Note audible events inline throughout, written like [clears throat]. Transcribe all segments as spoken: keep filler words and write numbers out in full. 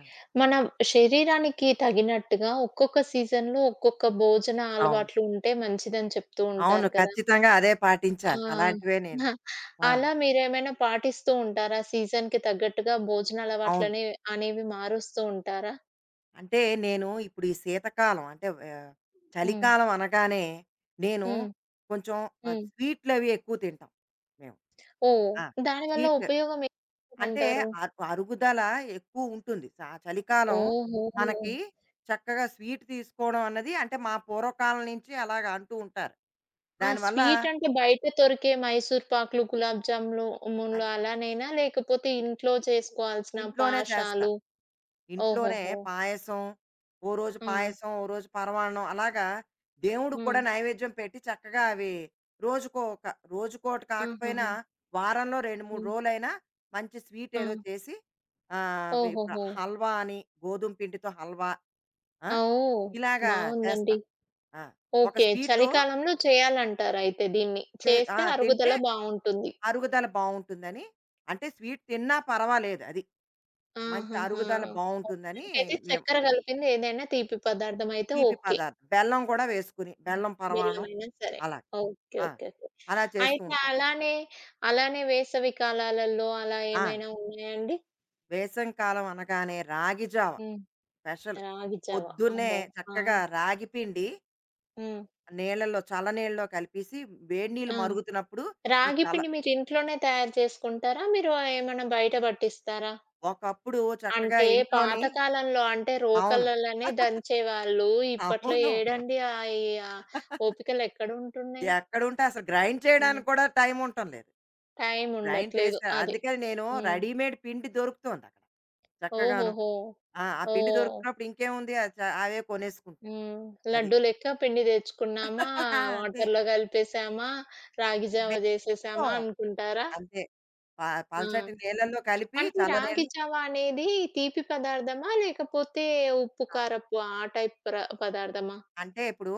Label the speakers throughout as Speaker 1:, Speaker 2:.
Speaker 1: ఆ!
Speaker 2: మన శరీరానికి తగినట్టుగా ఒక్కొక్క సీజన్‌లో ఒక్కొక్క భోజన
Speaker 1: అవును.
Speaker 2: అలవాట్లు ఉంటే మంచిదని చెప్తూ
Speaker 1: అవును.
Speaker 2: ఉంటారు కదా!
Speaker 1: ఖచ్చితంగా అదే పాటించాలి.
Speaker 2: ఆ!
Speaker 1: అలాంటివే నేను.
Speaker 2: [laughs]
Speaker 1: ఆ!
Speaker 2: అలా మీరేమైనా పాటిస్తూ ఉంటారా? సీజన్‌కి తగ్గట్టుగా భోజన
Speaker 1: అవును.
Speaker 2: అలవాట్లనే అనేవి మారుస్తూ ఉంటారా?
Speaker 1: అంటే నేను ఇప్పుడు ఈ శీతాకాలం అంటే ఆహ్,
Speaker 2: హ్మ్.
Speaker 1: చలికాలం అనగానే నేను
Speaker 2: హ్మ్.
Speaker 1: కొంచెం ఆహ్,
Speaker 2: హ్మ్.
Speaker 1: స్వీట్‌లవి ఎక్కువ తింటాం మేము.
Speaker 2: ఓహ్!
Speaker 1: ఆ!
Speaker 2: దానివల్ల
Speaker 1: స్వీట్లు
Speaker 2: ఉపయోగం
Speaker 1: అంటే
Speaker 2: ఏముందంటారు?
Speaker 1: అరు అరుగుదల ఎక్కువ ఉంటుంది. చ చలికాలం
Speaker 2: ఓహో!
Speaker 1: మనకి చక్కగా స్వీట్ తీసుకోవడం అన్నది అంటే మా పూర్వకాలం నుంచి అలాగా అంటూ ఉంటారు.
Speaker 2: ఆ
Speaker 1: దానివల్ల
Speaker 2: స్వీట్ అంటే బయట దొరికే మైసూర్ పాకులు, గులాబ్ జాములు, మున్లు
Speaker 1: అది
Speaker 2: అలానేనా? లేకపోతే ఇంట్లో చేసుకోవాల్సిన
Speaker 1: ఇంట్లోనే చేస్తా.
Speaker 2: పాషాలు?
Speaker 1: ఇంట్లోనే
Speaker 2: ఓహోహో!
Speaker 1: పాయసం, ఓ రోజు
Speaker 2: ఆ!
Speaker 1: పాయసం, ఓ రోజు పరమాన్నం అలాగా దేవుడికి కూడా
Speaker 2: హ్మ్.
Speaker 1: నైవేద్యం పెట్టి చక్కగా అవి రోజుకో ఒక రోజుకోటి కాకపోయినా
Speaker 2: ఆహాహా!
Speaker 1: వారంలో రెండు, మూడు
Speaker 2: హ్మ్.
Speaker 1: రోజులైనా మంచి స్వీట్
Speaker 2: ఆ!
Speaker 1: ఏదో చేసి ఆహ్, అవి ఇప్పుడు
Speaker 2: ఓహోహో!
Speaker 1: హల్వా అని గోధుమ పిండితో హల్వా ఆ!
Speaker 2: ఆ! ఓహ్!
Speaker 1: ఇలాగా చేస్తా.
Speaker 2: బావుందండి.
Speaker 1: ఆ! ఒక
Speaker 2: ఓకే.
Speaker 1: స్వీటు
Speaker 2: చలికాలంలో చేయాలంటారయితే దీన్ని.
Speaker 1: తె ఆ!
Speaker 2: చేస్తే
Speaker 1: తింటే
Speaker 2: అరుగుదల బావుంటుంది.
Speaker 1: అరుగుదల బావుంటుందని అంటే స్వీట్ తిన్నా పర్వాలేదు అది. మంచి
Speaker 2: ఆహాహా!
Speaker 1: అరుగుదల బావుంటుందని
Speaker 2: మొత్తానికైతే
Speaker 1: మేము
Speaker 2: చక్కెర కలిపింది ఏదైనా తీపి పదార్థం అయితే
Speaker 1: తీపి
Speaker 2: ఓకే.
Speaker 1: పదార్థం. బెల్లం కూడా వేసుకుని,
Speaker 2: హ్మ్.
Speaker 1: బెల్లం పరమాన్నం
Speaker 2: బెల్లమైనా సరే.
Speaker 1: అలా.
Speaker 2: ఓకే.
Speaker 1: ఆ!
Speaker 2: ఓకే. ఓకే.
Speaker 1: అలా చేస్తూ
Speaker 2: అయితే
Speaker 1: ఉంటాను.
Speaker 2: అలానే, అలానే వేసవి కాలాలలో అలా
Speaker 1: ఆ!
Speaker 2: ఏమైనా ఉన్నాయండి?
Speaker 1: వేసవి కాలం అనగానే రాగి జావ
Speaker 2: హ్మ్.
Speaker 1: స్పెషల్.
Speaker 2: రాగి జావ.
Speaker 1: పొద్దున్నే
Speaker 2: అబ్బో! ఆ!
Speaker 1: చక్కగా రాగి పిండి
Speaker 2: హ్మ్.
Speaker 1: నీళ్ళలో చల్ల నీళ్ళలో కలిపేసి వేడి నీళ్ళు
Speaker 2: ఆ!
Speaker 1: మరుగుతున్నప్పుడు ఈ
Speaker 2: రాగి
Speaker 1: చల్ల
Speaker 2: పిండి మీరు ఇంట్లోనే తయారు చేసుకుంటారా? మీరు ఏమన్నా బయట పట్టిస్తారా?
Speaker 1: ఒకప్పుడు చక్కగా
Speaker 2: అంటే పాత
Speaker 1: ఇంట్లోని
Speaker 2: కాలంలో అంటే
Speaker 1: అవును.
Speaker 2: రోకళ్ళలోనే దంచేవాళ్ళు. ఇప్పట్లో
Speaker 1: అవును.
Speaker 2: ఏడండి ఆయి ఆ ఓపికలు ఎక్కడుంటున్నాయి?
Speaker 1: ఎక్కడుంటే అసలు గ్రైండ్
Speaker 2: హ్మ్.
Speaker 1: చేయడానికి కూడా టైం ఉండటం లేదు.
Speaker 2: టైం
Speaker 1: గ్రైండ్
Speaker 2: ఉండట్లేదు.
Speaker 1: చేసే
Speaker 2: అది.
Speaker 1: అందుకని నేను
Speaker 2: హ్మ్.
Speaker 1: రెడీమేడ్ పిండి దొరుకుతోందక్కడ. చక్కగాను.
Speaker 2: ఓహోహో!
Speaker 1: ఆ! ఆ పిండి
Speaker 2: ఓహ్!
Speaker 1: దొరికినప్పుడు ఇంకేముంది అది చ అవే కొనేసుకుంటున్నాం.
Speaker 2: హ్మ్.
Speaker 1: అది.
Speaker 2: లడ్డు లెక్క పిండి తెచ్చుకున్నామా,
Speaker 1: [laughs] ఆ! అంతే.
Speaker 2: వాటర్‌లో కలిపేసామా, రాగి జావ చేసేసామా
Speaker 1: బెల్లం
Speaker 2: అనుకుంటారా?
Speaker 1: అంతే. ప
Speaker 2: ఆ!
Speaker 1: పల్చటి నీళ్ళల్లో కలిపి
Speaker 2: అంటే రాగి
Speaker 1: చల్లనీళ్ళు
Speaker 2: జావా అనేది తీపి పదార్థమా? లేకపోతే ఉప్పు,
Speaker 1: ఆ!
Speaker 2: కారపు ఆ టైప్ ప్ర పదార్థమా?
Speaker 1: అంటే ఇప్పుడు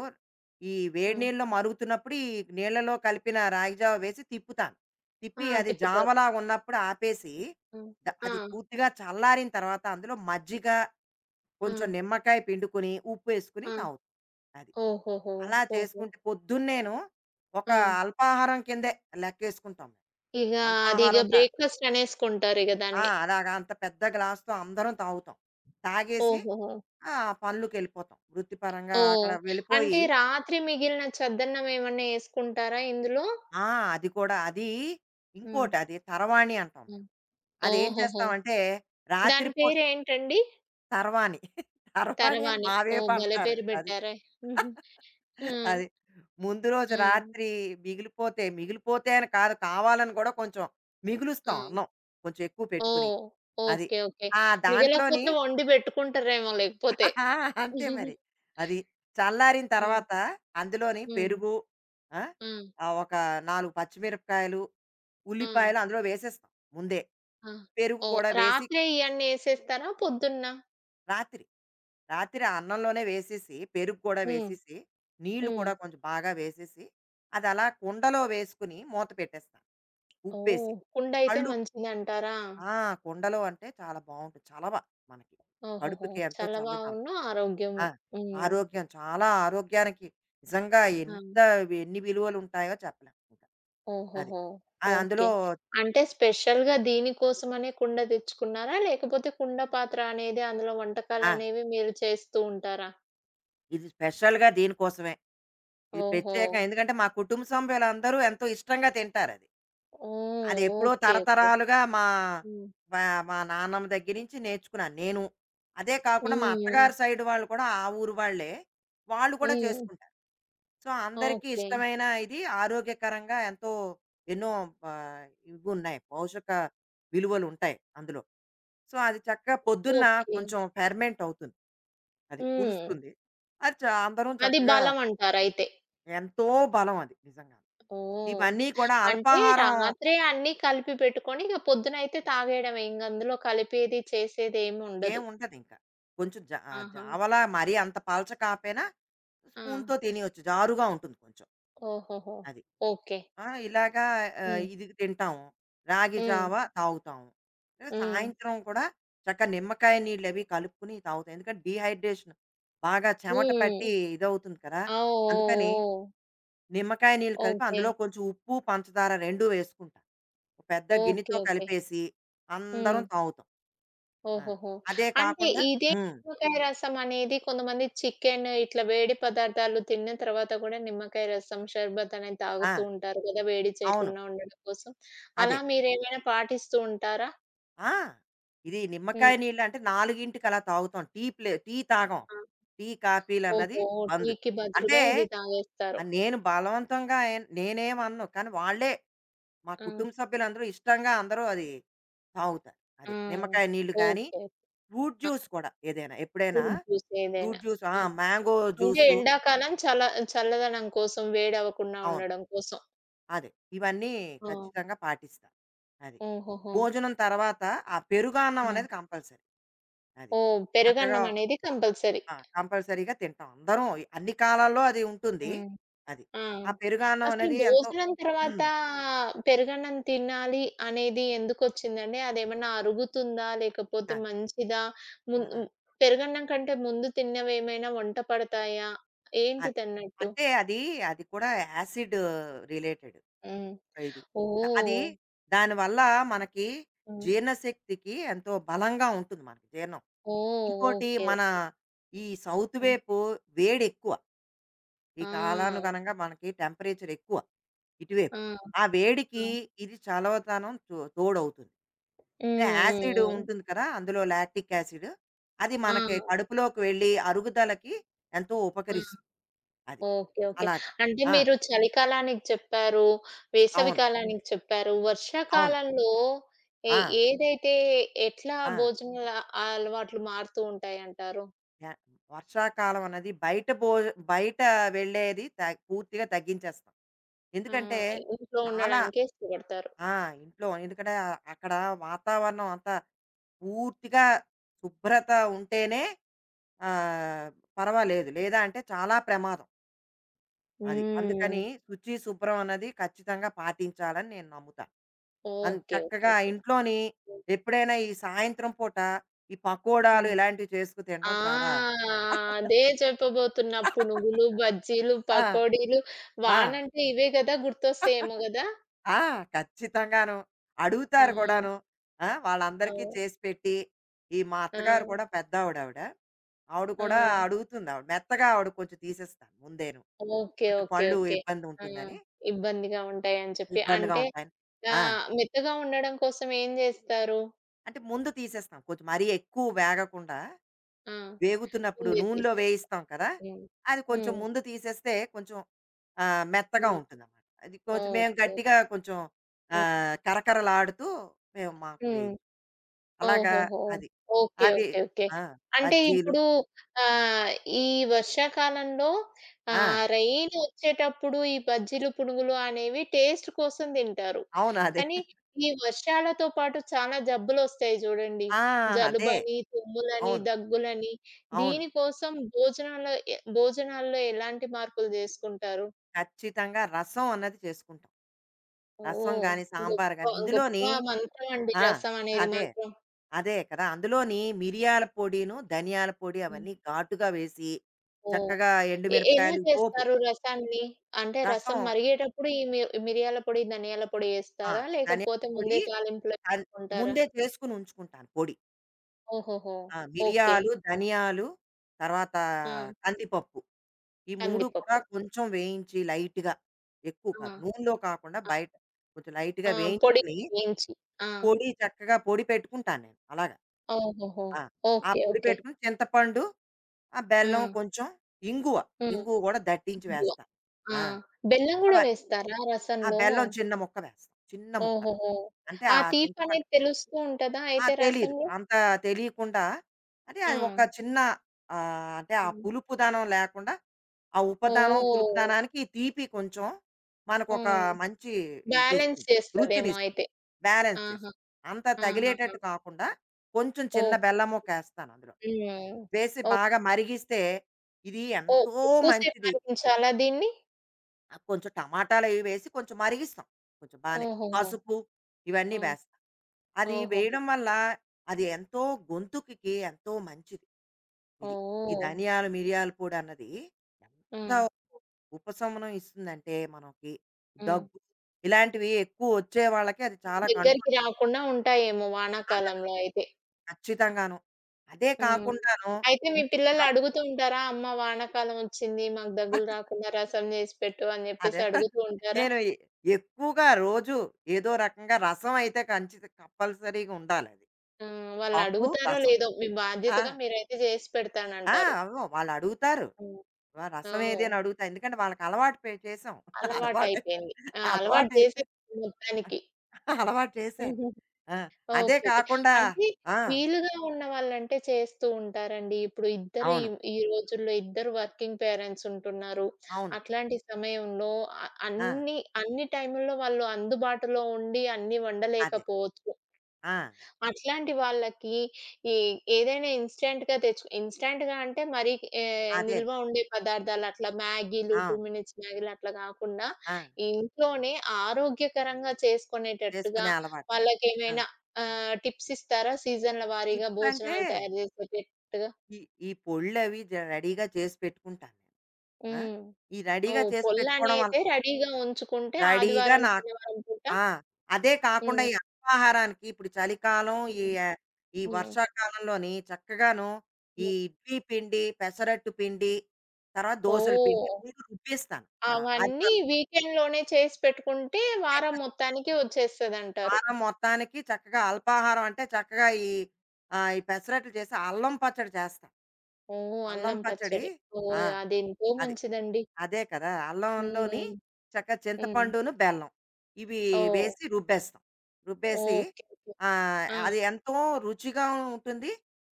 Speaker 1: ఈ
Speaker 2: ఆ!
Speaker 1: వేడి నీళ్ళలో మరుగుతున్నప్పుడు ఈ నీళ్ళలో కలిపిన రాగి జావ వేసి తిప్పుతాను.
Speaker 2: ఆ!
Speaker 1: తిప్పి అది
Speaker 2: తిప్పుతారు.
Speaker 1: జావలా ఉన్నప్పుడు ఆపేసి
Speaker 2: హ్మ్.
Speaker 1: ద
Speaker 2: ఆ!
Speaker 1: అది పూర్తిగా చల్లారిన తర్వాత అందులో మజ్జిగ,
Speaker 2: ఆ!
Speaker 1: కొంచెం నిమ్మకాయ పిండుకొని, ఉప్పేసుకొని
Speaker 2: ఆ!
Speaker 1: తాగుతాను. అది.
Speaker 2: ఓహోహో!
Speaker 1: అలా
Speaker 2: ఓహో!
Speaker 1: చేసుకుంటే పొద్దున్నేను ఒక
Speaker 2: ఆ!
Speaker 1: అల్పాహారం కిందే లెక్కేసుకుంటాం. మేము.
Speaker 2: ఇగ అది ఇగ
Speaker 1: అల్పాహారం త
Speaker 2: బ్రేక్‌ఫాస్ట్ అనేసుకుంటారిగ
Speaker 1: ఆ!
Speaker 2: దాన్ని.
Speaker 1: అలాగా అంత పెద్ద గ్లాస్‌తో అందరం తాగుతాం. తాగేసి
Speaker 2: ఓహోహో!
Speaker 1: ఆ! పనులకెళ్ళిపోతాం. వృత్తిపరంగా అక్కడ
Speaker 2: ఓహ్!
Speaker 1: వెళ్ళిపోయి
Speaker 2: అంటే రాత్రి మిగిలిన చద్దన్నం ఏమన్నా యేసుకుంటారా ఇందులో?
Speaker 1: ఆ! అది కూడా. అది
Speaker 2: హ్మ్.
Speaker 1: ఇంకోటి అది తరవాణి అంటాం మేము.
Speaker 2: హ్మ్.
Speaker 1: అదేం
Speaker 2: ఓహోహో!
Speaker 1: చేస్తామంటే
Speaker 2: దాని
Speaker 1: రాత్రిపూట
Speaker 2: పేరేంటండి?
Speaker 1: తరవాణి. తరవాణి [laughs] అని
Speaker 2: తరవాని.
Speaker 1: మా
Speaker 2: ఓహ్!
Speaker 1: వైపు
Speaker 2: భలే
Speaker 1: అంటారు.
Speaker 2: పేరు
Speaker 1: అది.
Speaker 2: బెట్టారే! హుహు. [laughs] హ్మ్.
Speaker 1: అది. ముందు రోజు
Speaker 2: హ్మ్.
Speaker 1: రాత్రి మిగిలిపోతే, మిగిలిపోతే అని కాదు, కావాలని కూడా కొంచెం
Speaker 2: ఆ!
Speaker 1: మిగులుస్తాం అన్నం. కొంచెం ఎక్కువ పెట్టుకుని.
Speaker 2: ఓహ్!
Speaker 1: అది.
Speaker 2: ఓకే. ఓకే.
Speaker 1: ఆ దాంట్లోని
Speaker 2: మిగలకపోతే వండి బెట్టుకుంటారేమో లేకపోతే.
Speaker 1: [laughs] ఆ! అంతే మరి. అది. చల్లారిన
Speaker 2: హ్మ్.
Speaker 1: తర్వాత అందులోని
Speaker 2: హ్మ్.
Speaker 1: పెరుగు, ఆ!
Speaker 2: హ్మ్.
Speaker 1: ఆహ్, ఒక నాలుగు పచ్చిమిరపకాయలు,
Speaker 2: ఆ!
Speaker 1: ఉల్లిపాయలు అందులో వేసేస్తాం ముందే.
Speaker 2: ఆ!
Speaker 1: పెరుగు
Speaker 2: ఓహ్!
Speaker 1: కూడా వేసి
Speaker 2: రాత్రే ఇయన్నీ యేసేస్తారా? పొద్దున్నా?
Speaker 1: రాత్రి. రాత్రి ఆ అన్నంలోనే వేసేసి, పెరుగు కూడా
Speaker 2: హ్మ్.
Speaker 1: వేసేసి, నీళ్లు
Speaker 2: హ్మ్.
Speaker 1: కూడా కొంచెం బాగా వేసేసి, అదలా కుండలో వేసుకుని మూత పెట్టేస్తాను. ఉప్పేసి.
Speaker 2: ఓహ్! కుండ అయితే
Speaker 1: కళ్ళు
Speaker 2: మంచిదంటారా?
Speaker 1: ఆ! కుండలో అంటే చాలా బావుంటుంది. చలవ మనకి.
Speaker 2: ఓహోహో!
Speaker 1: కడుపుకి ఎంతో చల్లదనం.
Speaker 2: చలవాను ఆరోగ్యం.
Speaker 1: ఆ!
Speaker 2: హ్మ్.
Speaker 1: ఆరోగ్యం చాలా ఆరోగ్యానికి నిజంగా
Speaker 2: ఆ!
Speaker 1: ఎంత ఎన్ని విలువలుంటాయో చెప్పలేం. ఇంకా. అది.
Speaker 2: ఓహోహో!
Speaker 1: ఆ!
Speaker 2: ఓకే.
Speaker 1: అందులో
Speaker 2: అంటే స్పెషల్‌గా దీనికోసమనే కుండ తెచ్చుకున్నారా? లేకపోతే కుండ పాత్ర అనేది అందులో
Speaker 1: ఆ!
Speaker 2: వంటకాలనేవి మీరు చేస్తూ ఉంటారా?
Speaker 1: ఇది స్పెషల్‌గా దీనికోసమే. ఇది
Speaker 2: ఓహో!
Speaker 1: ప్రత్యేకం. ఎందుకంటే మా కుటుంబ సభ్యులందరూ ఎంతో ఇష్టంగా తింటారది.
Speaker 2: ఓహ్!
Speaker 1: అదెప్పుడో
Speaker 2: ఓకే. ఓకే.
Speaker 1: తరతరాలుగా మా
Speaker 2: హ్మ్.
Speaker 1: మా మా నాన్నమ్మ దగ్గర నుంచి నేర్చుకున్నాను నేను. అదే కాకుండా మా
Speaker 2: హ్మ్.
Speaker 1: అత్తగారి సైడ్ వాళ్ళు కూడా ఆ ఊరు వాళ్ళే. వాళ్ళు కూడా
Speaker 2: హ్మ్.
Speaker 1: చేసుకుంటారు. సో, అందరికీ
Speaker 2: ఓకే.
Speaker 1: ఇష్టమైన ఇది ఆరోగ్యకరంగా ఎంతో ఎన్నో ఆహ్, ఇవున్నాయి. పోషక విలువలుంటాయి అందులో. సో, అది చక్కగా పొద్దున్న
Speaker 2: ఓకే.
Speaker 1: కొంచెం ఫెర్మెంట్ అవుతుంది. అది
Speaker 2: హ్మ్.
Speaker 1: పులుస్తుంది. అది చ అందరం
Speaker 2: అది
Speaker 1: చక్కగా
Speaker 2: బలమంటారయితే.
Speaker 1: ఎంతో బలం అది నిజంగా.
Speaker 2: ఓహ్!
Speaker 1: ఇవన్నీ కూడా
Speaker 2: అంటే
Speaker 1: అల్పాహారం
Speaker 2: రాత్రే అన్నీ కలిపి పెట్టుకొని ఇక పొద్దునయితే తాగేయడమే. ఇంగ అందులో కలిపేది, చేసేదేమి ఉండదు.
Speaker 1: ఏమి ఉండదింకా. కొంచెం జా
Speaker 2: ఆహా!
Speaker 1: జావలా మరీ అంత పలచ కాపోయినా
Speaker 2: ఆ!
Speaker 1: స్పూన్‌తో తినేయొచ్చు. జారుగా ఉంటుంది కొంచెం.
Speaker 2: ఓహోహో!
Speaker 1: అది.
Speaker 2: ఓకే.
Speaker 1: ఆ! ఇలాగా ఆహ్,
Speaker 2: హ్మ్.
Speaker 1: ఇది తింటాము. రాగి
Speaker 2: హ్మ్.
Speaker 1: జావ తాగుతాము. ఆ!
Speaker 2: హ్మ్.
Speaker 1: సాయంత్రం కూడా చక్కగా నిమ్మకాయ నీళ్ళవి కలుపుకొని తాగుతాం. ఎందుకంటే డీహైడ్రేషన్ బాగా చెమట
Speaker 2: హ్మ్.
Speaker 1: పట్టి ఇదవుతుంది కదా!
Speaker 2: ఓహ్!
Speaker 1: అందుకని
Speaker 2: ఓహ్!
Speaker 1: నిమ్మకాయ నీళ్ళు
Speaker 2: ఓహ్!
Speaker 1: కలిపి
Speaker 2: ఓకే.
Speaker 1: అందులో కొంచెం ఉప్పు, పంచదార రెండు వేసుకుంటా. ఒక పెద్ద
Speaker 2: ఓకే.
Speaker 1: గిన్నెతో
Speaker 2: ఓకే.
Speaker 1: కలిపేసి
Speaker 2: హ్మ్.
Speaker 1: అందరం తాగుతాం. ఆ!
Speaker 2: ఓహోహో!
Speaker 1: అదే
Speaker 2: అంటే
Speaker 1: కాకుండా
Speaker 2: ఇదే
Speaker 1: హ్మ్.
Speaker 2: నిమ్మకాయ రసం అనేది కొంతమంది చికెన్ ఇట్లా వేడి పదార్థాలు తిన్న తర్వాత కూడా నిమ్మకాయ రసం, షర్బత్ అనేది
Speaker 1: ఆ!
Speaker 2: తాగుతూ ఉంటారు కదా! వేడి
Speaker 1: అవును.
Speaker 2: చేయకుండా ఉండడం కోసం.
Speaker 1: అదే.
Speaker 2: అలా మీరేమైనా పాటిస్తూ ఉంటారా?
Speaker 1: ఆ! ఇది
Speaker 2: హ్మ్.
Speaker 1: నిమ్మకాయ నీళ్ళు అంటే 4కి అలా తాగుతాం. టీ ప్లే టీ తాగం
Speaker 2: ఆ!
Speaker 1: అప్పుడు. టీ, కాఫీలన్నది
Speaker 2: ఓహో!
Speaker 1: బంద్.
Speaker 2: టీకి
Speaker 1: అంటే
Speaker 2: బదులుగా ఇది తాగేస్తారు.
Speaker 1: ఆహ్, నేను బలవంతంగా ఏం నేనేమనను. కానీ వాళ్ళే మా
Speaker 2: ఆ!
Speaker 1: కుటుంబ సభ్యులందరూ ఇష్టంగా అందరూ అది తాగుతారు.
Speaker 2: ఆ!
Speaker 1: అది. నిమ్మకాయ నీళ్ళు గానీ,
Speaker 2: ఓకే.
Speaker 1: ఫ్రూట్
Speaker 2: ఆ!
Speaker 1: జ్యూస్ కూడా ఏదైనా ఎప్పుడైనా
Speaker 2: ఫ్రూట్ జ్యూస్ ఏదైనా.
Speaker 1: ఫ్రూట్ జ్యూస్ ఆ!
Speaker 2: ఆ!
Speaker 1: మ్యాంగో
Speaker 2: అంటే
Speaker 1: జ్యూసు
Speaker 2: ఎండాకాలం చల్ల చల్లదనం కోసం వేడవ్వకుండా
Speaker 1: అవును.
Speaker 2: ఉండడం కోసం.
Speaker 1: అదే. ఇవన్నీ
Speaker 2: ఆ!
Speaker 1: ఖచ్చితంగా పాటిస్తా. అది.
Speaker 2: ఓహోహో!
Speaker 1: భోజనం తర్వాత ఆ పెరుగన్నం
Speaker 2: హ్మ్.
Speaker 1: అనేది కంపల్సరీ. అది.
Speaker 2: ఓహ్!
Speaker 1: చక్కగా
Speaker 2: పెరుగన్నం అనేది కంపల్సరీ.
Speaker 1: ఆ! కంపల్సరీగా తింటాం. అందరం అన్ని కాలాల్లో అది ఉంటుంది.
Speaker 2: హ్మ్.
Speaker 1: అది.
Speaker 2: ఆ!
Speaker 1: ఆ పెరుగన్నం
Speaker 2: అసలు
Speaker 1: అనేది ఎంతో
Speaker 2: భోజనం తర్వాత
Speaker 1: [clears throat]
Speaker 2: పెరుగన్నం తినాలి అనేది ఎందుకొచ్చిందండి? అదేమన్నా అరుగుతుందా? లేకపోతే
Speaker 1: అది.
Speaker 2: మంచిదా?
Speaker 1: ఆ!
Speaker 2: మున్
Speaker 1: ఆ!
Speaker 2: హ్మ్. పెరుగన్నం కంటే ముందు తిన్నవేమైనా వంట పడతాయా?
Speaker 1: అది.
Speaker 2: ఏంటిదన్నట్టు?
Speaker 1: అంటే అది, అది కూడా యాసిడ్ రిలేటెడ్
Speaker 2: హ్మ్.
Speaker 1: ఇది. అది
Speaker 2: ఓహ్!
Speaker 1: దానివల్ల మనకి
Speaker 2: హ్మ్.
Speaker 1: జీర్ణశక్తికి ఎంతో బలంగా ఉంటుంది మనకి జీర్ణం.
Speaker 2: ఓహ్!
Speaker 1: ఇంకోటి
Speaker 2: ఓకే.
Speaker 1: మన
Speaker 2: ఓకే.
Speaker 1: ఈ సౌత్
Speaker 2: హ్మ్.
Speaker 1: వైపు వేడెక్కువ. ఈ
Speaker 2: ఆ!
Speaker 1: కాలానుగుణంగా మనకి టెంపరేచర్ ఎక్కువ ఇటువైపు.
Speaker 2: ఆ!
Speaker 1: ఆ
Speaker 2: ఆ!
Speaker 1: వేడికి
Speaker 2: హ్మ్.
Speaker 1: ఇది చలవతనం తో తోడవుతుంది. అంటే
Speaker 2: హ్మ్.
Speaker 1: యాసిడ్
Speaker 2: హ్మ్.
Speaker 1: ఉంటుంది కదా! అందులో లాక్టిక్ యాసిడ్. అది
Speaker 2: ఆ!
Speaker 1: మనకి కడుపులోకి వెళ్ళి అరుగుదలకి ఎంతో
Speaker 2: ఆ!
Speaker 1: ఉపకరిస్తుంది. అది.
Speaker 2: ఓకే. ఓకే.
Speaker 1: అలాగా.
Speaker 2: అంటే
Speaker 1: ఆ!
Speaker 2: మీరు చలికాలానికి చెప్పారు, హ్మ్.
Speaker 1: అవును.
Speaker 2: వేసవికాలానికి చెప్పారు.
Speaker 1: అవును.
Speaker 2: వర్షాకాలంలో ఏ
Speaker 1: ఆ!
Speaker 2: ఏదైతే ఎట్లా
Speaker 1: ఆ!
Speaker 2: భోజనాల అలవాట్లు మారుతూ ఉంటాయంటారు?
Speaker 1: యాహ్! వర్షాకాలం అన్నది బయట భో బయట వెళ్ళేది త పూర్తిగా తగ్గించేస్తాం.
Speaker 2: ఆ!
Speaker 1: ఎందుకంటే
Speaker 2: ఇంట్లో
Speaker 1: చాలా
Speaker 2: ఉండడానికే ఇష్టపడతారు.
Speaker 1: ఆ! ఇంట్లో ఎందుకంటే ఆ- అక్కడ వాతావరణం అంతా పూర్తిగా శుభ్రత ఉంటేనే ఆహ్, పర్వాలేదు. లేదా అంటే చాలా ప్రమాదం అది.
Speaker 2: హ్మ్.
Speaker 1: అందుకని శుచి, శుభ్రం అన్నది ఖచ్చితంగా పాటించాలని నేను నమ్ముతాను. అన్
Speaker 2: ఓకే. ఓకే.
Speaker 1: చక్కగా
Speaker 2: ఓకే.
Speaker 1: ఇంట్లోని
Speaker 2: హ్మ్.
Speaker 1: ఎప్పుడైనా ఈ సాయంత్రం పూట ఈ పకోడాలు
Speaker 2: హ్మ్.
Speaker 1: ఇలాంటివి చేసుకు
Speaker 2: ఆ!
Speaker 1: తినడం చాలా
Speaker 2: అదే చెప్పబోతున్నా. పునుగులు,
Speaker 1: [laughs]
Speaker 2: బజ్జీలు,
Speaker 1: ఆ!
Speaker 2: పకోడీలు
Speaker 1: ఆ!
Speaker 2: వానంటే ఇవే గదా! గుర్తొస్తాయేమో గదా!
Speaker 1: ఆ! ఖచ్చితంగాను.
Speaker 2: ఆ!
Speaker 1: అడుగుతారు గూడాను. ఆ!
Speaker 2: ఆ!
Speaker 1: వాళ్ళందరికీ చేసి పెట్టి, ఈ మా
Speaker 2: ఆ!
Speaker 1: అత్తగారు కూడా పెద్దావిడ ఆవిడ. ఆవిడ ఆవిడ
Speaker 2: ఆ!
Speaker 1: కూడా అడుగుతుందావిడ. మెత్తగా ఆవిడ కొంచెం తీసేస్తాను ముందేను.
Speaker 2: ఓకే.
Speaker 1: కొంచెం
Speaker 2: ఓకే.
Speaker 1: పళ్ళు
Speaker 2: ఓకే.
Speaker 1: ఇబ్బంది
Speaker 2: ఆ!
Speaker 1: ఉంటుందని,
Speaker 2: ఇబ్బందిగా ఉంటాయని చెప్పి.
Speaker 1: ఇబ్బందిగా
Speaker 2: అంటే
Speaker 1: ఉంటాయని. ఆ!
Speaker 2: ఆహ్, మెత్తగా ఉండడం కోసం ఏం జేస్తారు?
Speaker 1: అంటే ముందు తీసేస్తాం. కొంచెం మరీ ఎక్కువ వేగకుండా,
Speaker 2: ఆ!
Speaker 1: వేగుతున్నప్పుడు
Speaker 2: ముందే
Speaker 1: నూనెలో
Speaker 2: తీసేసి.
Speaker 1: వేయిస్తాం కదా!
Speaker 2: హ్మ్.
Speaker 1: అది కొంచెం
Speaker 2: హ్మ్.
Speaker 1: ముందు తీసేస్తే కొంచెం ఆహ్, మెత్తగా
Speaker 2: హ్మ్.
Speaker 1: ఉంటుందన్నమాట. అది కొంచెం మేము
Speaker 2: ఓకే.
Speaker 1: గట్టిగా కొంచెం
Speaker 2: హ్మ్.
Speaker 1: ఆహ్, కరకరలాడుతూ మేము మాకు
Speaker 2: హ్మ్.
Speaker 1: వేయించుకుంటాం. అలాగా
Speaker 2: ఓహోహో!
Speaker 1: అది.
Speaker 2: ఓకే.
Speaker 1: అవి
Speaker 2: ఓకే. ఓకే.
Speaker 1: ఆ!
Speaker 2: అంటే
Speaker 1: బజ్జీలు.
Speaker 2: ఇప్పుడు ఆహ్, ఈ వర్షాకాలంలో
Speaker 1: ఆ!
Speaker 2: ఆహ్, రైలు వచ్చేటప్పుడు ఈ బజ్జీలు, పునుగులు అనేవి టేస్ట్ కోసం తింటారు.
Speaker 1: అవును. అదే.
Speaker 2: కానీ ఈ వర్షాలతో పాటు చాలా జబ్బులొస్తాయి చూడండి.
Speaker 1: ఆ! అదే.
Speaker 2: జలుబని, తుమ్ములని,
Speaker 1: అవును.
Speaker 2: దగ్గులని
Speaker 1: అవును.
Speaker 2: దీనికోసం భోజనాల్లో ఎ భోజనాల్లో ఎలాంటి మార్పులు చేసుకుంటారు?
Speaker 1: ఖచ్చితంగా రసం అన్నది చేసుకుంటాం. రసం
Speaker 2: ఓహ్!
Speaker 1: గాని, సాంబారు
Speaker 2: గొప్ప
Speaker 1: గాని
Speaker 2: గొప్ప
Speaker 1: ఇందులోని
Speaker 2: మంత్రం అండి
Speaker 1: ఆ!
Speaker 2: రసం అనేది
Speaker 1: అదే.
Speaker 2: మాత్రం.
Speaker 1: అదే కదా! అందులోని మిరియాల పొడిను, ధనియాల పొడి
Speaker 2: హ్మ్.
Speaker 1: అవన్నీ ఘాటుగా వేసి,
Speaker 2: ఓహ్!
Speaker 1: చక్కగా
Speaker 2: ఎ ఎలా
Speaker 1: ఎండుమిరపకాయలు పోపు
Speaker 2: చేస్తారు రసాన్ని? అంటే రసం
Speaker 1: రసం
Speaker 2: మరిగేటప్పుడు ఈ మి మిరియాల పొడి, ధనియాల పొడి
Speaker 1: ఆ!
Speaker 2: ఏస్తారా?
Speaker 1: ధనియాల
Speaker 2: లేకపోతే
Speaker 1: పొడి
Speaker 2: ముందే తాలింపులో
Speaker 1: అన్
Speaker 2: ఏసుకుంటారా?
Speaker 1: ముందే చేసుకొని ఉంచుకుంటాను పొడి.
Speaker 2: ఓహోహో!
Speaker 1: ఆ!
Speaker 2: ఓకే.
Speaker 1: మిరియాలు, ధనియాలు తర్వాత
Speaker 2: ఆ!
Speaker 1: కందిపప్పు. ఈ మూడు కూడా
Speaker 2: కందిపప్పు.
Speaker 1: కొంచెం వేయించి లైట్‌గా, ఎక్కువ
Speaker 2: ఆ!
Speaker 1: కాదు. నూనెలో కాకుండా
Speaker 2: ఆ!
Speaker 1: బయట కొంచెం లైట్‌గా
Speaker 2: ఆ! పొడి
Speaker 1: వేయించుకొని,
Speaker 2: వేయించి. ఆ!
Speaker 1: పొడి చక్కగా పొడి పెట్టుకుంటాను నేను. అలాగా.
Speaker 2: ఓహోహో!
Speaker 1: ఆ! ఆ
Speaker 2: ఓకే.
Speaker 1: పొడి
Speaker 2: ఓకే.
Speaker 1: పెట్టుకొని చింతపండు, ఆ
Speaker 2: ఆ!
Speaker 1: బెల్లం కొంచెం, ఇంగువ,
Speaker 2: హ్మ్.
Speaker 1: ఇంగువ కూడా దట్టించి
Speaker 2: ఇంగువ.
Speaker 1: వేస్తా.
Speaker 2: ఆ!
Speaker 1: ఆ!
Speaker 2: బెల్లం
Speaker 1: అవ
Speaker 2: గూడా వేస్తారా
Speaker 1: ఆ
Speaker 2: రసంలో?
Speaker 1: బెల్లం చిన్న ముక్క వేస్తా. చిన్న ముక్క.
Speaker 2: ఓహోహో!
Speaker 1: అంటే
Speaker 2: ఆ
Speaker 1: ఆ చింతపండు
Speaker 2: తీపనేది తెలుస్తూ ఉంటదా
Speaker 1: ఆ!
Speaker 2: అయితే
Speaker 1: తెలీదు.
Speaker 2: రసంలో?
Speaker 1: అంత తెలియకుండా అంటే
Speaker 2: ఆ!
Speaker 1: అది ఒక చిన్న ఆహ్, అంటే ఆ
Speaker 2: హ్మ్.
Speaker 1: పులుపుదనం లేకుండా ఆ ఉపదనం,
Speaker 2: ఓహ్!
Speaker 1: పులుపుదనానికి ఈ తీపి కొంచెం మనకొక
Speaker 2: హ్మ్.
Speaker 1: మంచి
Speaker 2: బ్యాలెన్స్
Speaker 1: ఇదిస్తుంది.
Speaker 2: చేస్తదేమో
Speaker 1: రుచినిస్తుంది.
Speaker 2: అయితే.
Speaker 1: బ్యాలెన్స్ చేస్తుంది.
Speaker 2: ఆహా!
Speaker 1: అంత
Speaker 2: ఆహాహా!
Speaker 1: తగిలేటట్టు కాకుండా కొంచెం చిన్న
Speaker 2: ఓకే.
Speaker 1: బెల్లము కేస్తాను అందులో.
Speaker 2: హ్మ్.
Speaker 1: వేసి
Speaker 2: ఓ
Speaker 1: బాగా మరిగిస్తే ఇది
Speaker 2: ఓహ్!
Speaker 1: ఎంతో
Speaker 2: ఎక్కువ సేపు
Speaker 1: మంచిది.
Speaker 2: మరిగించాలా దీన్ని?
Speaker 1: ఆహ్, కొంచెం టమాటాలవి వేసి కొంచెం మరిగిస్తాం. కొంచెం బానే.
Speaker 2: ఓహోహో!
Speaker 1: పసుపు ఇవన్నీ
Speaker 2: ఆ!
Speaker 1: వేస్తాం. అది
Speaker 2: ఓహోహో!
Speaker 1: వేయడం వల్ల అది ఎంతో గొంతుకికి ఎంతో మంచిది. ఇది. ఈ
Speaker 2: ఓహ్!
Speaker 1: ధనియాలు, మిరియాల పొడి అన్నది ఎంత
Speaker 2: హ్మ్.
Speaker 1: ఉపశమనం ఇస్తుందంటే మనకి
Speaker 2: హ్మ్.
Speaker 1: దగ్గు ఇలాంటివి ఎక్కువ వచ్చే వాళ్ళకి అది చాలా
Speaker 2: దగ్గరికి
Speaker 1: కంట్రోల్.
Speaker 2: రాకుండా ఉంటాయేమో
Speaker 1: ఆ!
Speaker 2: వానాకాలంలో అయితే.
Speaker 1: ఖచ్చితంగాను. అదే
Speaker 2: హ్మ్.
Speaker 1: కాకుండాను
Speaker 2: అయితే మీ పిల్లలు అడుగుతూ ఉంటారా? అమ్మ వానాకాలం ఒచ్చింది మాకు దగ్గులు
Speaker 1: [laughs]
Speaker 2: రాకుండా రసం జేసి పెట్టు అని జెప్పేసి
Speaker 1: అదే.
Speaker 2: అడుగుతూ ఉంటారా?
Speaker 1: నేను ఎ ఎక్కువగా రోజు ఏదో రకంగా రసం అయితే కంచిత కంపల్సరీగా ఉండాలది.
Speaker 2: హ్మ్. వాళ్ళు
Speaker 1: పప్పు,
Speaker 2: అడుగుతారో
Speaker 1: రసం.
Speaker 2: లేదో మీ
Speaker 1: ఆ!
Speaker 2: బాధ్యతగా మీరైతే జేసి
Speaker 1: ఆ!
Speaker 2: పెడతానంటారు.
Speaker 1: అవును. వాళ్ళడుగుతారు.
Speaker 2: హ్మ్.
Speaker 1: "రసం ఏది?"
Speaker 2: ఓహ్!
Speaker 1: అని అడుగుతా. ఎందుకంటే వాళ్ళకి అలవాటు పే చేసాం. [laughs] అలవాటై
Speaker 2: అలవాటయిపోయింది. ఆ! అలవాటు
Speaker 1: అలవాటై
Speaker 2: జేసేసారు మొత్తానికి.
Speaker 1: [laughs] అలవాటు చేశాను.
Speaker 2: హుహు.
Speaker 1: ఆ! అదే
Speaker 2: ఓకే. ఓకే.
Speaker 1: కాకుండా
Speaker 2: అంటే
Speaker 1: ఆ!
Speaker 2: వీలుగా ఉన్న వాళ్ళంటే చేస్తూ ఉంటారండి. ఇప్పుడు ఇద్దరు ఈ
Speaker 1: అవును.
Speaker 2: ఈ రోజుల్లో ఇద్దరు వర్కింగ్ పేరెంట్స్ ఉంటున్నారు.
Speaker 1: అవును.
Speaker 2: అట్లాంటి సమయంలో అ
Speaker 1: ఆ!
Speaker 2: అన్ని అన్ని టైముల్లో వాళ్ళు అందుబాటులో ఉండి అన్నీ
Speaker 1: అదే.
Speaker 2: వండలేకపోవచ్చు.
Speaker 1: ఆ!
Speaker 2: అట్లాంటి వాళ్ళకి ఈ ఏదైనా ఇన్‌స్టాంట్‌గా తెచ్చు ఇన్‌స్టాంట్‌గా అంటే మరీ ఆహ్,
Speaker 1: అదే.
Speaker 2: నిల్వ ఉండే పదార్థాలు అట్లా మ్యాగీలు, రెండు
Speaker 1: అవును.
Speaker 2: మినిట్స్ మ్యాగీలు అట్లా కాకుండా
Speaker 1: ఆ!
Speaker 2: ఇంట్లోనే ఆరోగ్యకరంగా చేసుకునేటట్టుగా
Speaker 1: చేసుకునే అలవాటు. ఆ!
Speaker 2: వాళ్ళకేమైనా ఆహ్, టిప్స్ ఇస్తారా? సీజన్‌ల వారీగా
Speaker 1: టిప్స్ అంటే
Speaker 2: భోజనాలు తయారు చేసేటట్టుగా?
Speaker 1: ఈ ఈ పొళ్ళవి జ రెడీగా చేసి పెట్టుకుంటాను నేను. ఆ!
Speaker 2: హ్మ్.
Speaker 1: ఈ రెడీగా
Speaker 2: ఓహ్!
Speaker 1: చేసి పెట్టుకోవడం వల్ల
Speaker 2: పొల్లనైతే రెడీగా ఉంచుకుంటే
Speaker 1: రెడీగా
Speaker 2: ఆదివారం,
Speaker 1: నా
Speaker 2: శనివారం పూట
Speaker 1: ఆ! అదే కాకుండా
Speaker 2: హ్మ్.
Speaker 1: ఈ అల్పాహారానికి ఇప్పుడు చలికాలం ఈ
Speaker 2: హ్మ్.
Speaker 1: ఆహ్, ఈ
Speaker 2: హ్మ్.
Speaker 1: వర్షాకాలంలోని చక్కగాను ఈ
Speaker 2: హ్మ్.
Speaker 1: ఇడ్లీ పిండి, పెసరట్టు పిండి, తర్వాత దోసల పిండి
Speaker 2: ఓహ్!
Speaker 1: మూడు రుబ్బిస్తాను. నా
Speaker 2: అవన్నీ
Speaker 1: ఆదివారం
Speaker 2: వీకెండ్‌లోనే చేసి పెట్టుకుంటే వారం
Speaker 1: ఎందుకంటే
Speaker 2: మొత్తానికి వచ్చేస్తదంటారు.
Speaker 1: వారం మొత్తానికి చక్కగా అల్పాహారం అంటే చక్కగా ఈ ఆహ్, ఈ పెసరట్లు చేసి అల్లం పచ్చడి చేస్తా.
Speaker 2: ఓహ్!
Speaker 1: అల్లం
Speaker 2: అల్లం
Speaker 1: పచ్చడి
Speaker 2: పచ్చడి.
Speaker 1: ఆ!
Speaker 2: ఓహ్! అదెంతో
Speaker 1: అది.
Speaker 2: మంచిదండి.
Speaker 1: అదే కదా! అల్లంలోని
Speaker 2: హ్మ్.
Speaker 1: చక్కగా
Speaker 2: హ్మ్.
Speaker 1: చింతపండును, బెల్లం ఇవి
Speaker 2: ఓహ్!
Speaker 1: వేసి రుబ్బేస్తాం. రుబ్బేసి
Speaker 2: ఓకే. ఓకే.
Speaker 1: ఆహ్,
Speaker 2: ఆ!
Speaker 1: అది ఎంతో రుచిగా ఉంటుంది.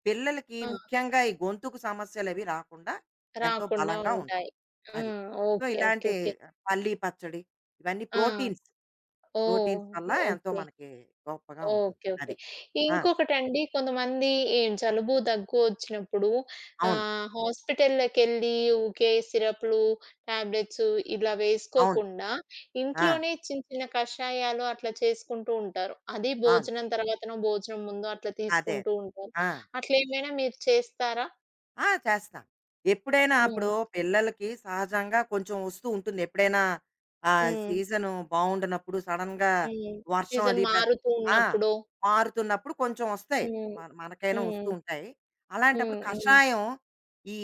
Speaker 1: పిల్లలకి
Speaker 2: ఆ!
Speaker 1: ముఖ్యంగా ఈ గొంతుకు సమస్యలవి రాకుండా ఎంతో
Speaker 2: రాకుండా
Speaker 1: బలంగా ఉంటాం.
Speaker 2: ఉంటాయి. ఆ!
Speaker 1: అది. So,
Speaker 2: okay. ఓకే.
Speaker 1: ఇలాంటి
Speaker 2: ఓకే.
Speaker 1: పల్లీ పచ్చడి ఇవన్నీ
Speaker 2: ఆ!
Speaker 1: ప్రోటీన్స్.
Speaker 2: ఓహ్!
Speaker 1: ప్రోటీన్స్ వల్ల ఎంతో
Speaker 2: ఓకే.
Speaker 1: మనకి గొప్పగా ఉంటుంది.
Speaker 2: ఓకే. ఓకే.
Speaker 1: అది. ఆ!
Speaker 2: ఇంకొకటండి కొంతమంది ఈ జలుబు, దగ్గు వచ్చినప్పుడు
Speaker 1: అవును.
Speaker 2: ఆహ్, హాస్పిటల్‌లకెళ్ళి ఊకే సిరప్‌లు, టాబ్లెట్స్ ఇలా
Speaker 1: అవును.
Speaker 2: వేసుకోకుండా
Speaker 1: ఆ!
Speaker 2: ఇంట్లోనే చిన్న చిన్న కషాయాలు అట్లా చేసుకుంటూ ఉంటారు. అది
Speaker 1: అవును.
Speaker 2: భోజనం తర్వాతనో, భోజనం ముందో అట్లా
Speaker 1: అదే.
Speaker 2: తీసుకుంటూ ఉంటారు.
Speaker 1: ఆ!
Speaker 2: అట్లా ఏమైనా మీరు చేస్తారా?
Speaker 1: ఆ! చేస్తాను. ఎప్పుడైనా అప్పుడు
Speaker 2: హ్మ్.
Speaker 1: పిల్లలకి సహజంగా కొంచెం వస్తూ ఉంటుంది. ఎప్పుడైనా ఆహ్,
Speaker 2: హ్మ్.
Speaker 1: సీజను బావుండనప్పుడు సడెన్‌గా
Speaker 2: హ్మ్.
Speaker 1: వర్షం అది
Speaker 2: సీజన్
Speaker 1: పెద్ద
Speaker 2: మారుతూ
Speaker 1: ఆ!
Speaker 2: ఉన్నప్పుడో
Speaker 1: మారుతున్నప్పుడు కొంచెం వస్తాయి.
Speaker 2: హ్మ్.
Speaker 1: మన మనకైనా వస్తూ
Speaker 2: హ్మ్.
Speaker 1: ఉంటాయి. అలాంటప్పుడు
Speaker 2: హ్మ్. హ్మ్.
Speaker 1: కషాయం ఈ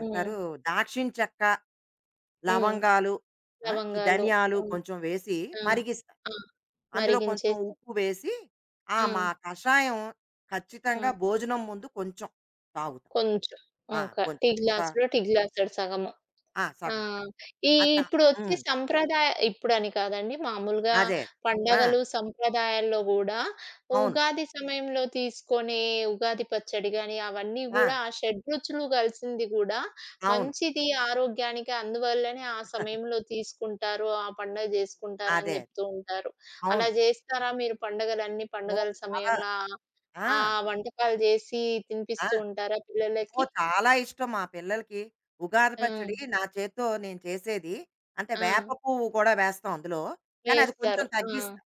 Speaker 2: హ్మ్.
Speaker 1: దాక్షిణ చెక్క,
Speaker 2: హ్మ్.
Speaker 1: లవంగాలు ఆ! ఈ
Speaker 2: లవంగాలు.
Speaker 1: ధనియాలు
Speaker 2: హ్మ్.
Speaker 1: కొంచెం వేసి
Speaker 2: ఆ!
Speaker 1: మరిగిస్తా.
Speaker 2: ఆ!
Speaker 1: అందులో కొంచెం
Speaker 2: మరిగించేసి
Speaker 1: ఉప్పు వేసి ఆ!
Speaker 2: ఆ!
Speaker 1: మా కషాయం ఖచ్చితంగా
Speaker 2: హ్మ్.
Speaker 1: భోజనం ముందు కొంచెం తాగుతాం.
Speaker 2: కొంచెం.
Speaker 1: ఆ!
Speaker 2: ఒక టీ
Speaker 1: కొంచెం ఒక
Speaker 2: గ్లాసులో టీ గ్లాసెడు సగము.
Speaker 1: ఆ!
Speaker 2: ఆ!
Speaker 1: సగం పావు.
Speaker 2: ఈ
Speaker 1: అత
Speaker 2: ఇప్పుడొచ్చే
Speaker 1: హ్మ్.
Speaker 2: సంప్రదాయ ఇప్పుడని కాదండి. మామూలుగా
Speaker 1: అదే. ఆ!
Speaker 2: పండగలు, సంప్రదాయాల్లో గూడా
Speaker 1: అవును.
Speaker 2: ఉగాది సమయంలో తీసుకునే ఉగాది పచ్చడి గాని, అవన్నీ
Speaker 1: ఆ!
Speaker 2: గూడా ఆ షడ్‌రుచులు కలిసింది గూడా
Speaker 1: అవును.
Speaker 2: మంచిది ఆరోగ్యానికి. అందువల్లనే ఆ సమయంలో తీసుకుంటారు. ఆ పండగ జేసుకుంటారని
Speaker 1: అదే.
Speaker 2: జెప్తూ ఉంటారు.
Speaker 1: అవును.
Speaker 2: అలా జేస్తారా మీరు పండగలన్నీ
Speaker 1: మో
Speaker 2: పండగల
Speaker 1: చాలా
Speaker 2: సమయంలో ఆహ్,
Speaker 1: ఆ!
Speaker 2: ఆ వంటకాలు జేసి
Speaker 1: ఆ!
Speaker 2: తినిపిస్తూ ఉంటారా
Speaker 1: మో
Speaker 2: పిల్లలకి?
Speaker 1: చాలా ఇష్టం మా పిల్లలకి. ఉగాది
Speaker 2: హ్మ్.
Speaker 1: పచ్చడి నా చేత్తో నేను చేసేది. అంటే
Speaker 2: ఆ!
Speaker 1: వేప పువ్వు కూడా వేస్తాం అందులో. కానీ అది కొంచెం
Speaker 2: వేస్తారు. ఆ!
Speaker 1: తగ్గిస్తా.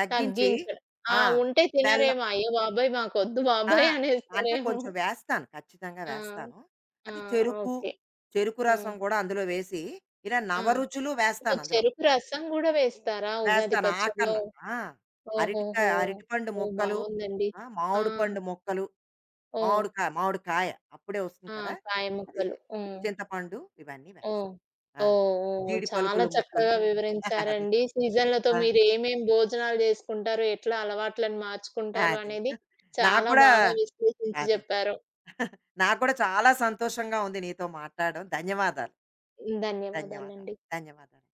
Speaker 1: తగ్గించి
Speaker 2: తగ్గించడం. ఆ!
Speaker 1: ఆ!
Speaker 2: ఉంటే
Speaker 1: బెల్లం
Speaker 2: తినరేమో. అయ్య బాబోయ్! మాకొద్దు
Speaker 1: ఆ!
Speaker 2: బాబోయ్!
Speaker 1: అంటే
Speaker 2: అనేస్తారేమో.
Speaker 1: కొంచెం వేస్తాను. ఖచ్చితంగా
Speaker 2: ఆ!
Speaker 1: వేస్తాను.
Speaker 2: ఆ!
Speaker 1: అది చెరుకు,
Speaker 2: ఓకే.
Speaker 1: చెరుకు
Speaker 2: ఆ!
Speaker 1: రసం కూడా అందులో వేసి ఇలా
Speaker 2: ఆ!
Speaker 1: నవరుచులు
Speaker 2: ఓహ్!
Speaker 1: వేస్తానందులో.
Speaker 2: చెరుకు రసం గూడా వేస్తారా ఉగాది
Speaker 1: వేస్తాను ఆకర్న.
Speaker 2: పచ్చడిలో?
Speaker 1: ఆ! అరటికాయ
Speaker 2: ఓహోహో!
Speaker 1: అరటిపండు
Speaker 2: ఓహ్!
Speaker 1: ముక్కలు,
Speaker 2: బావుందండి.
Speaker 1: ఆ!
Speaker 2: ఆ!
Speaker 1: మామిడి పండు మొక్కలు,
Speaker 2: ఓహ్!
Speaker 1: మామిడికాయ మామిడికాయ అప్పుడే వస్తుంది
Speaker 2: ఆ!
Speaker 1: కదా!
Speaker 2: కాయ
Speaker 1: అది
Speaker 2: ముక్కలు. హ్మ్.
Speaker 1: చింతపండు ఇవన్నీ వేస్తా.
Speaker 2: ఓహ్!
Speaker 1: ఆ!
Speaker 2: ఓహ్! ఓహ్!
Speaker 1: జీడి
Speaker 2: చాలా
Speaker 1: పలుకులు ముక్కలు
Speaker 2: చక్కగా
Speaker 1: [laughs] అది.
Speaker 2: వివరించారండి. సీజన్‌లతో
Speaker 1: ఆ!
Speaker 2: మీరు ఏమేం భోజనాలు చేసుకుంటారు? ఎట్లా అలవాట్లను మార్చుకుంటారు?
Speaker 1: అదే.
Speaker 2: అనేది
Speaker 1: నాకు
Speaker 2: చాలా
Speaker 1: గూడా
Speaker 2: బాగా విశ్లేషించి
Speaker 1: అదే.
Speaker 2: జెప్పారు.
Speaker 1: [laughs] నాకు గూడా చాలా సంతోషంగా ఉంది నీతో మాట్లాడడం. ధన్యవాదాలు. ధన్యవాదాలు.
Speaker 2: ధన్యవాదాలండి.
Speaker 1: ధన్యవాదాలు.